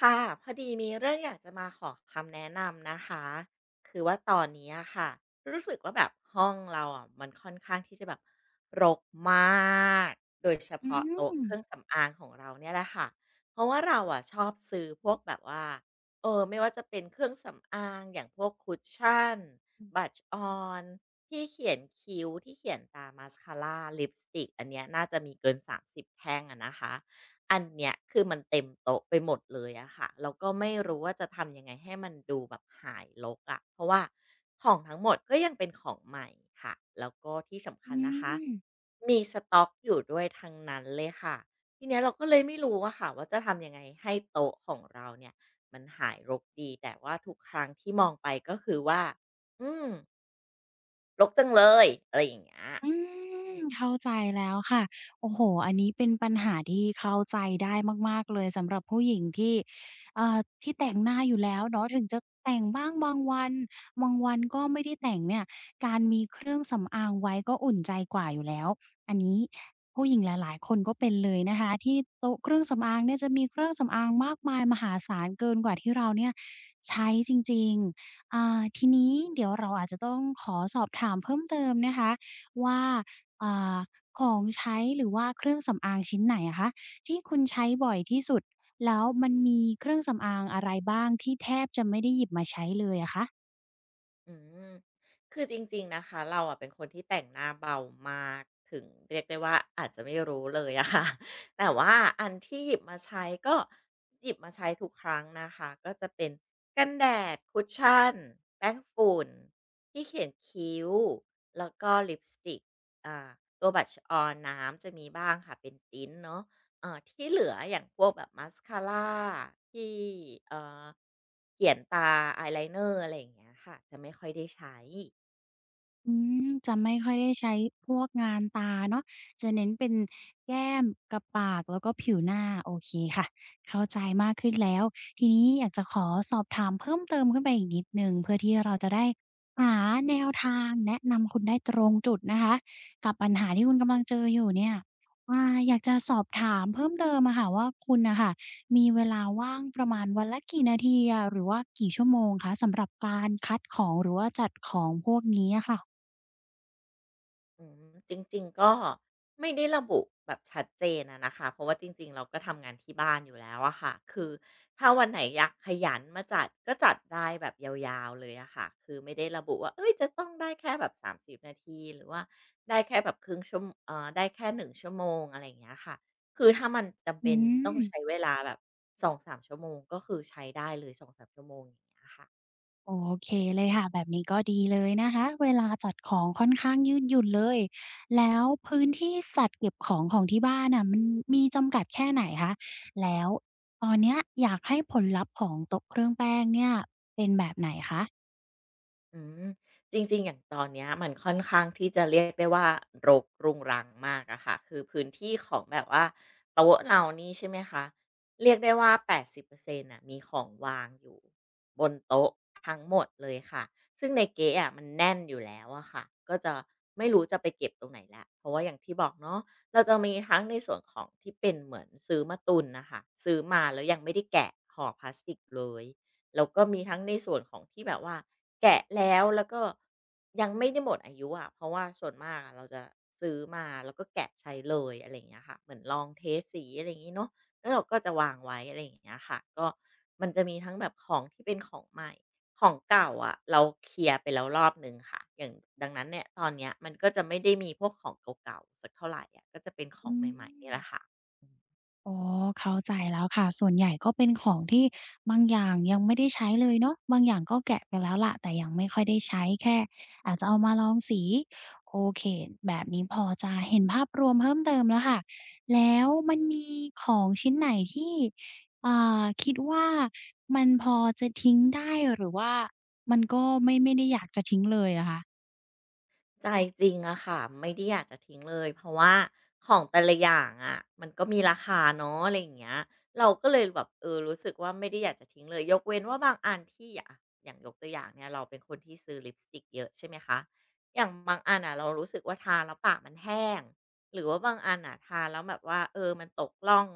ค่ะพอดีมีเรื่องอยากจะมาขอคำแนะนำนะคะคือว่าตอนนี้อะค่ะรู้สึกว่าแบบห้องเราอ่ะมันค่อนข้างที่จะแบบรกมากโดยเฉอืมพาะอืโต๊ะมเครื่องสำอางของเราเนี่ยแหละค่ะเพราะว่าเราอ่ะชอบซื้อพวกแบบว่าเออไม่ว่าจะเป็นเครื่องสำอางอย่างพวกคุชชั่นบัชออนที่เขียนคิ้วที่เขียนตามมาสคาร่าลิปสติกอันเนี้ยน่าจะมีเกิน30 แท่งอะนะคะ อันเนี้ยคือมันเต็มโต๊ะไปหมดเลยอะค่ะแล้วก็ไม่รู้ว่าจะทำยังไงให้มันดูแบบหายรกอะเพราะว่าของทั้งหมดก็ยังเป็นของใหม่ค่ะ แล้วก็ที่สำคัอืญนะคะม มีสต็อกอยู่ด้วยทั้งนั้นเลยค่ะทีเนี้ยเราก็เลยไม่รู้อะค่ะว่าจะทำยังไงให้โต๊ะของเราเนี่ยมันหายรกดี แต่ว่าทุกครั้งที่มองไปก็คือว่าอืมรกจังเลยอะไรอย่างเงี้ย อืมเข้าใจแล้วค่ะโอ้โฮอันนี้เป็นปัญหาที่เข้าใจได้มากๆเลยสำหรับผู้หญิงที่อ่าที่แต่งหน้าอยู่แล้วเนาะถึงจะแต่งบ้างบางวันบางวันก็ไม่ได้แต่งเนี่ยการมีเครื่องสำอางไว้ก็อุ่นใจกว่าอยู่แล้วอันนี้ผู้หญิงหลายๆคนก็เป็นเลยนะคะที่โต๊ะเครื่องสำอางเนี่ยจะมีเครื่องสำอางมากมายมหาศาลเกินกว่าที่เราเนี่ยใช้จริงๆอ่าทีนี้เดี๋ยวเราอาจจะต้องขอสอบถามเพิ่มเติมนะคะ ว่าอ่าของใช้หรือว่าเครื่องสำอางชิ้นไหนอะคะที่คุณใช้บ่อยที่สุดแล้วมันมีเครื่องสำอางอะไรบ้างที่แทบจะไม่ได้หยิบมาใช้เลยอะคะ อืมคือจริงๆนะคะเราอ่ะเป็นคนที่แต่งหน้าเบามากถึงเรียกได้ว่าอาจจะไม่รู้เลยอะค่ะ แต่ว่าอันที่หยิบมาใช้ก็หยิบมาใช้ทุกครั้งนะคะก็จะเป็นกันแดดคุชชั่นแป้งฝุ่นที่เขียนคิ้วแล้วก็ลิปสติกอ่าตัวบัชออนน้ำจะมีบ้างค่ะเป็นตินท์เนาะที่เหลืออย่างพวกแบบมาสคาราที่เอ่อ เขียนตาอายไลเนอร์อะไรอย่างเงี้ยค่ะจะไม่ค่อยได้ใช้อืมจะไม่ค่อยได้ใช้พวกงานตาเนาะจะเน้นเป็นแก้มกับปากแล้วก็ผิวหน้าโอเคค่ะเข้าใจมากขึ้นแล้วทีนี้อยากจะขอสอบถามเพิ่มเติมขึ้นไปอีกนิดหนึ่งเพื่อที่เราจะได้หาแนวทางแนะนำคุณได้ตรงจุดนะคะกับปัญหาที่คุณกำลังเจออยู่เนี่ยอ่าอยากจะสอบถามเพิ่มเติมอะค่ะว่าคุณน่ะค่ะมีเวลาว่างประมาณวันละกี่นาทีอะหรือว่ากี่ชั่วโมงคะสำหรับการคัดของหรือว่าจัดของพวกนี้อะค่ะ จริงๆก็ไม่ได้ระบุแบบชัดเจนอะนะคะเพราะว่าจริงๆเราก็ทำงานที่บ้านอยู่แล้วอะค่ะคือถ้าวันไหนอยากขยันมาจัดก็จัดได้แบบยาวๆเลยอะค่ะคือไม่ได้ระบุว่าเอ้ยจะต้องได้แค่แบบ30นาทีหรือว่าได้แค่แบบครึ่งชั่วโมได้แค่1 ชั่วโมงอะไรอย่างเงี้ยค่ะคือถ้ามันจำอืเป็นต้องใช้มเวลาแบบสองสามชั่วโมงก็คือใช้ได้เลยสองสามชั่วโมงอย่างเงี้ยค่ะ โอเคเลยค่ะแบบนี้ก็ดีเลยนะคะเวลาจัดของค่อนข้างยืดหยุ่นเลยแล้วพื้นที่จัดเก็บของของที่บ้านน่ะมันมีจำกัดแค่ไหนคะแล้วตอนเนี้ยอยากให้ผลลัพธ์ของโต๊ะเครื่องแป้งเนี่ยเป็นแบบไหนคะอืมจริงๆอย่างตอนเนี้ยมันค่อนข้างที่จะเรียกได้ว่ารกรุงรังมากอะค่ะคือพื้นที่ของแบบว่าโต๊ะเรานี่ใช่ไหมคะเรียกได้ว่า 80%นต์น่ะมีของวางอยู่บนโต๊ะทั้งหมดเลยค่ะซึ่งในเก๊ะอะมันแน่นอยู่แล้วอะค่ะก็จะไม่รู้จะไปเก็บตรงไหนและเพราะว่าอย่างที่บอกเนาะเราจะมีทั้งในส่วนของที่เป็นเหมือนซื้อมาตุนนะคะซื้อมาแล้วยังไม่ได้แกะห่อพลาสติกเลย แล้วก็มีทั้งในส่วนของที่แบบว่าแกะแล้วแล้วก็ยังไม่ได้หมดอายุอะเพราะว่าส่วนมากอะเราจะซื้อมาแล้วก็แกะใช้เลยอะไรอย่างเงี้ยค่ะเหมือนลองเทสสีอะไรอย่างงี้เนาะแล้วเราก็จะวางไว้อะไรอย่างเงี้ยค่ะก็มันจะมีทั้งแบบของที่เป็นของใหม่ของเก่าอะะเราเคลียร์ไปแล้วรอบนึงค่ะอย่างดังนั้นเนี่ยตอนเนี้ยมันก็จะไม่ได้มีพวกของเก่าๆสักเท่าไหรอะะก็จะเป็นขออืงใหม่ๆนี่ม แหละค่ะ อ๋อเข้าใจแล้วค่ะส่วนใหญ่ก็เป็นของที่บางอย่างยังไม่ได้ใช้เลยเนาะบางอย่างก็แกะไปแล้วล่ะแต่ยังไม่ค่อยได้ใช้แค่อาจจะเอามาลองสีโอเคแบบนี้พอจะเห็นภาพรวมเพิ่มเติมแล้วค่ะแล้วมันมีของชิ้นไหนที่อ่าคิดว่ามันพอจะทิ้งได้หรือว่ามันก็ไม่ได้อยากจะทิ้งเลยอะคะ ใจจริงอะค่ะไม่ได้อยากจะทิ้งเลยเพราะว่าของแต่ละอย่างอะมันก็มีราคาเนาะอะไรอย่างเงี้ยเราก็เลยแบบเออรู้สึกว่าไม่ได้อยากจะทิ้งเลยยกเว้นว่าบางอันที่อะอย่างยกตัวอย่างเนี่ยเราเป็นคนที่ซื้อลิปสติกเยอะใช่ไหมคะอย่างบางอันอะเรารู้สึกว่าทาแล้วปากมันแห้งหรือว่าบางอันอะทาแล้วแบบว่าเออมันตกล่อง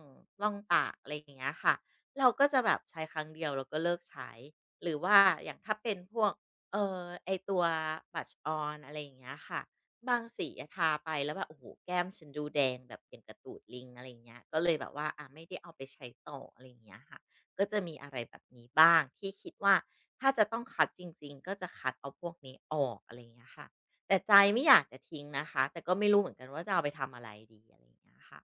ร่องปากอะไรอย่างเงี้ยค่ะเราก็จะแบบใช้ครั้งเดียวแล้วก็เลิกใช้หรือว่าอย่างถ้าเป็นพวก ไอ้ตัว b ัชอ h นอะไรอย่างเงี้ยค่ะบางสีอะทาไปแล้วแบบโอ้โหแก้มฉันดูแดงแบบอย่างกระตูดลิงอะไรอย่างเงี้ยก็เลยแบบว่าอาไม่ได้เอาไปใช้ต่ออะไรอย่างเงี้ยค่ะก็จะมีอะไรแบบนี้บ้างที่คิดว่าถ้าจะต้องคัดจริงๆก็จะคัดเอาพวกนี้ออกอะไรอย่างเงี้ยค่ะแต่ใจไม่อยากจะทิ้งนะคะแต่ก็ไม่รู้เหมือนกันว่าจะเอาไปทำอะไรดีอะไรอย่างเงี้ยค่ะ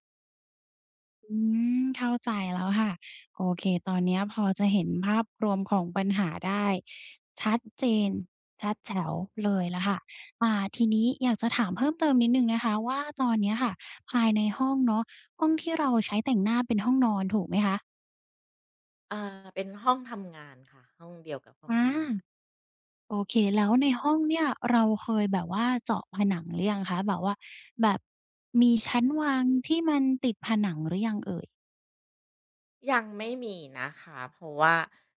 อืมเข้าใจแล้วค่ะโอเคตอนเนี้ยพอจะเห็นภาพรวมของปัญหาได้ชัดเจนชัดแจ๋วเลยแล้ะค่ะอ่าทีนี้อยากจะถามเพิ่มเติมนิดหนึ่งนะคะว่าตอนเนี้ยค่ะภายในห้องเนาะห้องที่เราใช้แต่งหน้าเป็นห้องนอนถูกไหมคะอ่าเป็นห้องทำงานค่ะห้องเดียวกับห้อองาทำงาน โอเคแล้วในห้องเนี่ยเราเคยแบบว่าเจาะผนังหรือยังคะแบบว่าแบบมีชั้นวางที่มันติดผนังหรือยังเอ่ย ยังไม่มีนะคะเพราะว่า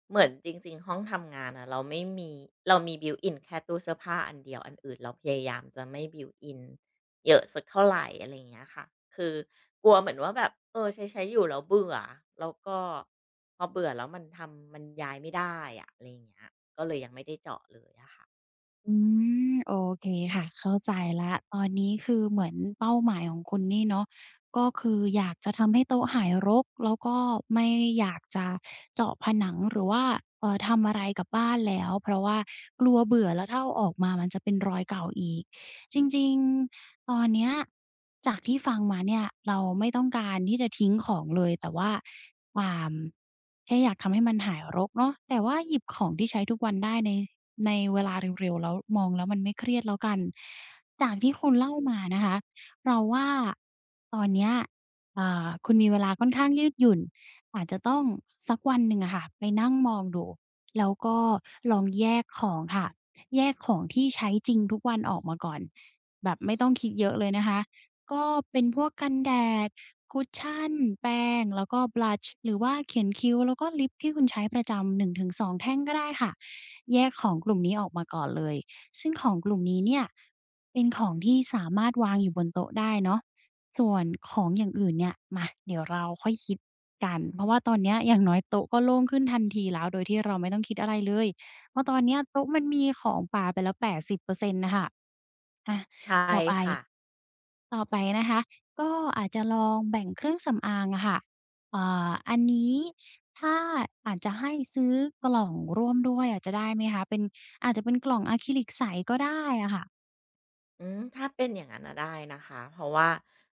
เหมือนจริงๆห้องทำงานอะเราไม่มีเรามี built in แค่ตู้เสื้อผ้าอันเดียวอันอื่นเราพยายามจะไม่ b u i l ิ in เยอะสักเท่าไหรอะไรอย่างเงี้ยค่ะคือกลัวเหมือนว่าแบบเออใช้ใช้อยู่แล้วเบื่อแล้วก็พอเบื่อแล้วมันทำมันย้ายไม่ได้อะอะไรอย่างเงี้ยก็เลยยังไม่ได้เจาะเลยอะค่ะอืมโอเคค่ะเข้าใจแล้วตอนนี้คือเหมือนเป้าหมายของคุณนี่เนาะก็คืออยากจะทำให้โต๊ะหายรกแล้วก็ไม่อยากจะเจาะผนังหรือว่าทำอะไรกับบ้านแล้วเพราะว่ากลัวเบื่อแล้วถ้าเอาออกมามันจะเป็นรอยเก่าอีกจริงๆตอนเนี้ยจากที่ฟังมาเนี่ยเราไม่ต้องการที่จะทิ้งของเลยแต่ว่าอ่าแค่อยากทำให้มันหายรกเนาะแต่ว่าหยิบของที่ใช้ทุกวันได้ใน เวลาเร็วๆแล้วมองแล้วมันไม่เครียดแล้วกันจากที่คุณเล่ามานะคะเราว่าตอนเนี้ยคุณมีเวลาค่อนข้างยืดหยุ่นอาจจะต้องสักวันหนึ่งอะค่ะไปนั่งมองดูแล้วก็ลองแยกของค่ะแยกของที่ใช้จริงทุกวันออกมาก่อนแบบไม่ต้องคิดเยอะเลยนะคะ ก็เป็นพวกกันแดดคุชชั่นแป้งแล้วก็บลัชหรือว่าเขียนคิ้วแล้วก็ลิปที่คุณใช้ประจำ1-2แท่งก็ได้ค่ะแยกของกลุ่มนี้ออกมาก่อนเลยซึ่งของกลุ่มนี้เนี่ยเป็นของที่สามารถวางอยู่บนโต๊ะได้เนาะส่วนของอย่างอื่นเนี่ยมาเดี๋ยวเราค่อยคิดกันเพราะว่าตอนเนี้ยอย่างน้อยโต๊ะก็โล่งขึ้นทันทีแล้วโดยที่เราไม่ต้องคิดอะไรเลยเพราะตอนเนี้ยโต๊ะมันมีของปาไปแล้ว80%นต์น่ะค่ะอาใช่ต่อไป ค่ะต่อไปนะคะก็อาจจะลองแบ่งเครื่องสำอางอะค่ะเอ่อันนี้ถ้าอาจจะให้ซื้อกล่องร่วมด้วยอะจะได้ไหมคะเป็นอาจจะเป็นกล่องอะคริลิกใสก็ได้อะค่ะ อืมถ้าเป็นอย่างนั้นนะได้นะคะเพราะว่า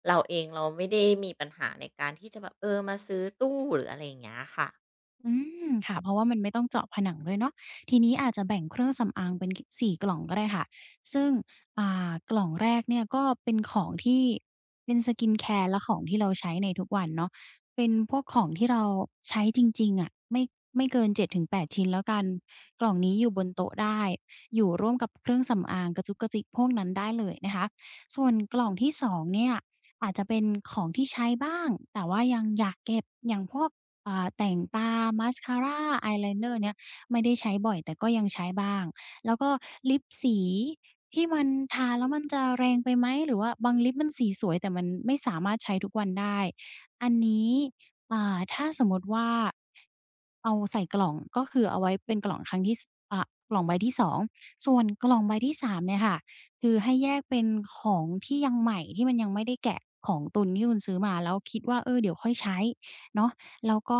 เราเองเราไม่ได้มีปัญหาในการที่จะแบบเออมาซื้อตู้หรืออะไรอย่างเงี้ยค่ะ อืมค่ะเพราะว่ามันไม่ต้องเจาะผนังด้วยเนาะทีนี้อาจจะแบ่งเครื่องสำอางเป็นกสี่กล่องก็ได้ค่ะซึ่งอ่ากล่องแรกเนี่ยก็เป็นของที่เป็น skincare และของที่เราใช้ในทุกวันเนาะเป็นพวกของที่เราใช้จริงๆอะไม่เกินเจ็ดถึงแปดชิ้นแล้วกันกล่องนี้อยู่บนโต๊ะได้อยู่ร่วมกับเครื่องสำอางกระจุกกระจิกพวกนั้นได้เลยนะคะส่วนกล่องที่สองเนี่ยอาจจะเป็นของที่ใช้บ้างแต่ว่ายังอยากเก็บอย่างพวก แต่งตามาสคาราอายไลเนอร์เนี้ยไม่ได้ใช้บ่อยแต่ก็ยังใช้บ้างแล้วก็ลิปสีที่มันทาแล้วมันจะแรงไปไหมหรือว่าบางลิปมันสีสวยแต่มันไม่สามารถใช้ทุกวันได้อันนี้ถ้าสมมติว่าเอาใส่กล่องก็คือเอาไว้เป็นกล่องครั้งที่สอ่ากล่องใบที่2ส่วนกล่องใบที่3เนี่ยค่ะคือให้แยกเป็นของที่ยังใหม่ที่มันยังไม่ได้แกะของตุนที่คุณซื้อมาแล้วคิดว่าเออเดี๋ยวค่อยใช้เนาะ แล้วก็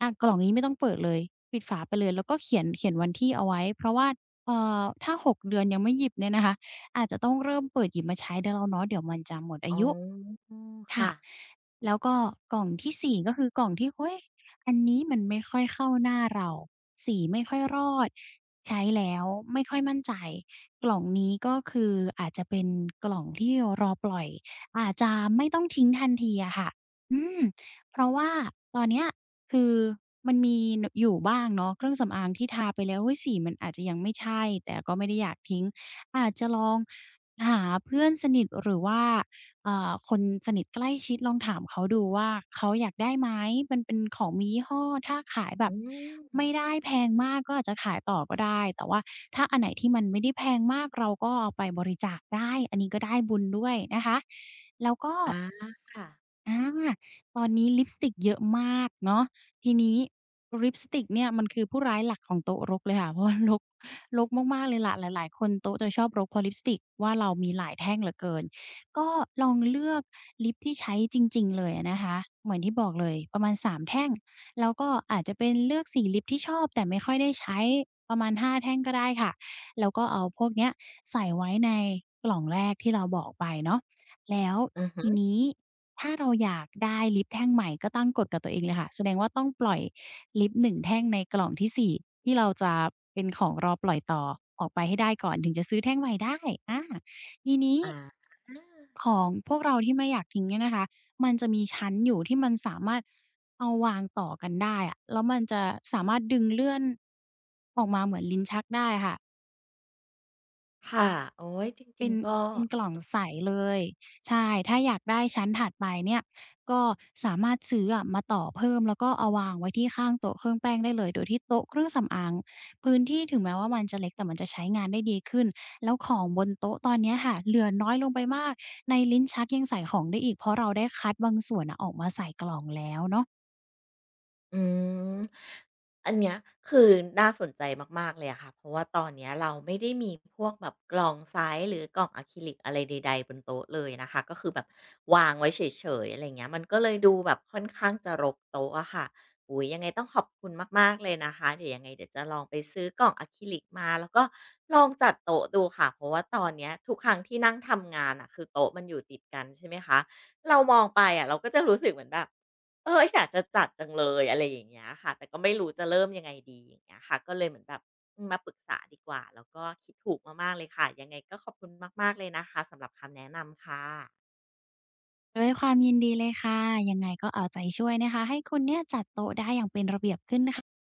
กล่องนี้ไม่ต้องเปิดเลยปิดฝาไปเลยแล้วก็เขียนวันที่เอาไว้เพราะว่าถ้า6เดือนยังไม่หยิบเนี่ยนะคะอาจจะต้องเริ่มเปิดหยิบมาใช้ได้แล้วเนาะเดี๋ยวมันจะหมดอาอ๋ยุ อค่ะค่ะแล้วก็กล่องที่สี่ก็คือกล่องที่เฮ้ยอันนี้มันไม่ค่อยเข้าหน้าเราสีไม่ค่อยรอดใช้แล้วไม่ค่อยมั่นใจกล่องนี้ก็คืออาจจะเป็นกล่องที่รอปล่อยอาจจะไม่ต้องทิ้งทันทีอะค่ะอืมเพราะว่าตอนเนี้ยคือมันมีนอยู่บ้างเนาะเครื่องสำอางที่ทาไปแล้วเฮ้ยสีมันอาจจะยังไม่ใช่แต่ก็ไม่ได้อยากทิ้งอาจจะลองหาเพื่อนสนิทหรือว่า คนสนิทใกล้ชิดลองถามเขาดูว่าเขาอยากได้ไหมมันเป็นของมียี่ห้อถ้าขายแบบอืมไม่ได้แพงมากก็อาจจะขายต่อก็ได้แต่ว่าถ้าอันไหนที่มันไม่ได้แพงมากเราก็เอาไปบริจาคได้อันนี้ก็ได้บุญด้วยนะคะแล้วก็ อาค่ะอาตอนนี้ลิปสติกเยอะมากเนาะทีนี้ลิปสติกเนี่ยมันคือผู้ร้ายหลักของโต๊ะรกเลยค่ะ เพราะว่ารกมากๆเลยล่ะหลายๆคนโต๊ะจะชอบรกเพราะลิปสติกว่าเรามีหลายแท่งเหลือเกินก็ลองเลือกลิปที่ใช้จริงๆเลยอะนะคะเหมือนที่บอกเลยประมาณ3แท่งแล้วก็อาจจะเป็นเลือกสีลิปที่ชอบแต่ไม่ค่อยได้ใช้ประมาณห้าแท่งก็ได้ค่ะแล้วก็เอาพวกเนี้ยใส่ไว้ในกล่องแรกที่เราบอกไปเนาะ แล้วอือฮึทีนี้ถ้าเราอยากได้ลิฟต์แท่งใหม่ก็ตั้งกฎกับตัวเองเลยค่ะแสดงว่าต้องปล่อยลิฟต์1แท่งในกล่องที่4ที่เราจะเป็นของรอปล่อยต่อออกไปให้ได้ก่อนถึงจะซื้อแท่งใหม่ได้อาทีนี้อาของพวกเราที่ไม่อยากทิ้งเนี่ยนะคะมันจะมีชั้นอยู่ที่มันสามารถเอาวางต่อกันได้อะแล้วมันจะสามารถดึงเลื่อนออกมาเหมือนลิ้นชักได้ค่ะ ค่ะ โอ๊ยจเป็ริงนๆก็ เป็นกล่องใสเลยใช่ถ้าอยากได้ชั้นถัดไปเนี่ยก็สามารถซื้ออะมาต่อเพิ่มแล้วก็เอาวางไว้ที่ข้างโต๊ะเครื่องแป้งได้เลยโดยที่โต๊ะเครื่องสำอางพื้นที่ถึงแม้ว่ามันจะเล็กแต่มันจะใช้งานได้ดีขึ้นแล้วของบนโต๊ะตอนเนี้ยค่ะเหลือน้อยลงไปมากในลิ้นชักยังใส่ของได้อีกเพราะเราได้คัดบางส่วนน่ะออกมาใส่กล่องแล้วเนาะอืมอันเนี้ยคือน่าสนใจมากๆเลยอะค่ะเพราะว่าตอนเนี้ยเราไม่ได้มีพวกแบบกล่องไซส์หรือกล่องอะคริลิกอะไรใดๆบนโต๊ะเลยนะคะก็คือแบบวางไว้เฉยๆอะไรเงี้ยมันก็เลยดูแบบค่อนข้างจะรกโต๊ะอะค่ะอุ๊ยยังไงต้องขอบคุณมากๆเลยนะคะเดี๋ยวยังไงเดี๋ยวจะลองไปซื้อกล่องอะคริลิกมาแล้วก็ลองจัดโต๊ะดูค่ะเพราะว่าตอนเนี้ยทุกครั้งที่นั่งทำงานอะคือโต๊ะมันอยู่ติดกันใช่ไหมคะเรามองไปอะเราก็จะรู้สึกเหมือนแบบ เอออยากจะจัดจังเลยอะไรอย่างเงี้ยค่ะแต่ก็ไม่รู้จะเริ่มยังไงดีอย่างเงี้ยค่ะก็เลยเหมือนแบบมาปรึกษาดีกว่าแล้วก็คิดถูกมากๆเลยค่ะยังไงก็ขอบคุณมากๆเลยนะคะสำหรับคำแนะนำค่ะด้วยความยินดีเลยค่ะยังไงก็เอาใจช่วยนะคะให้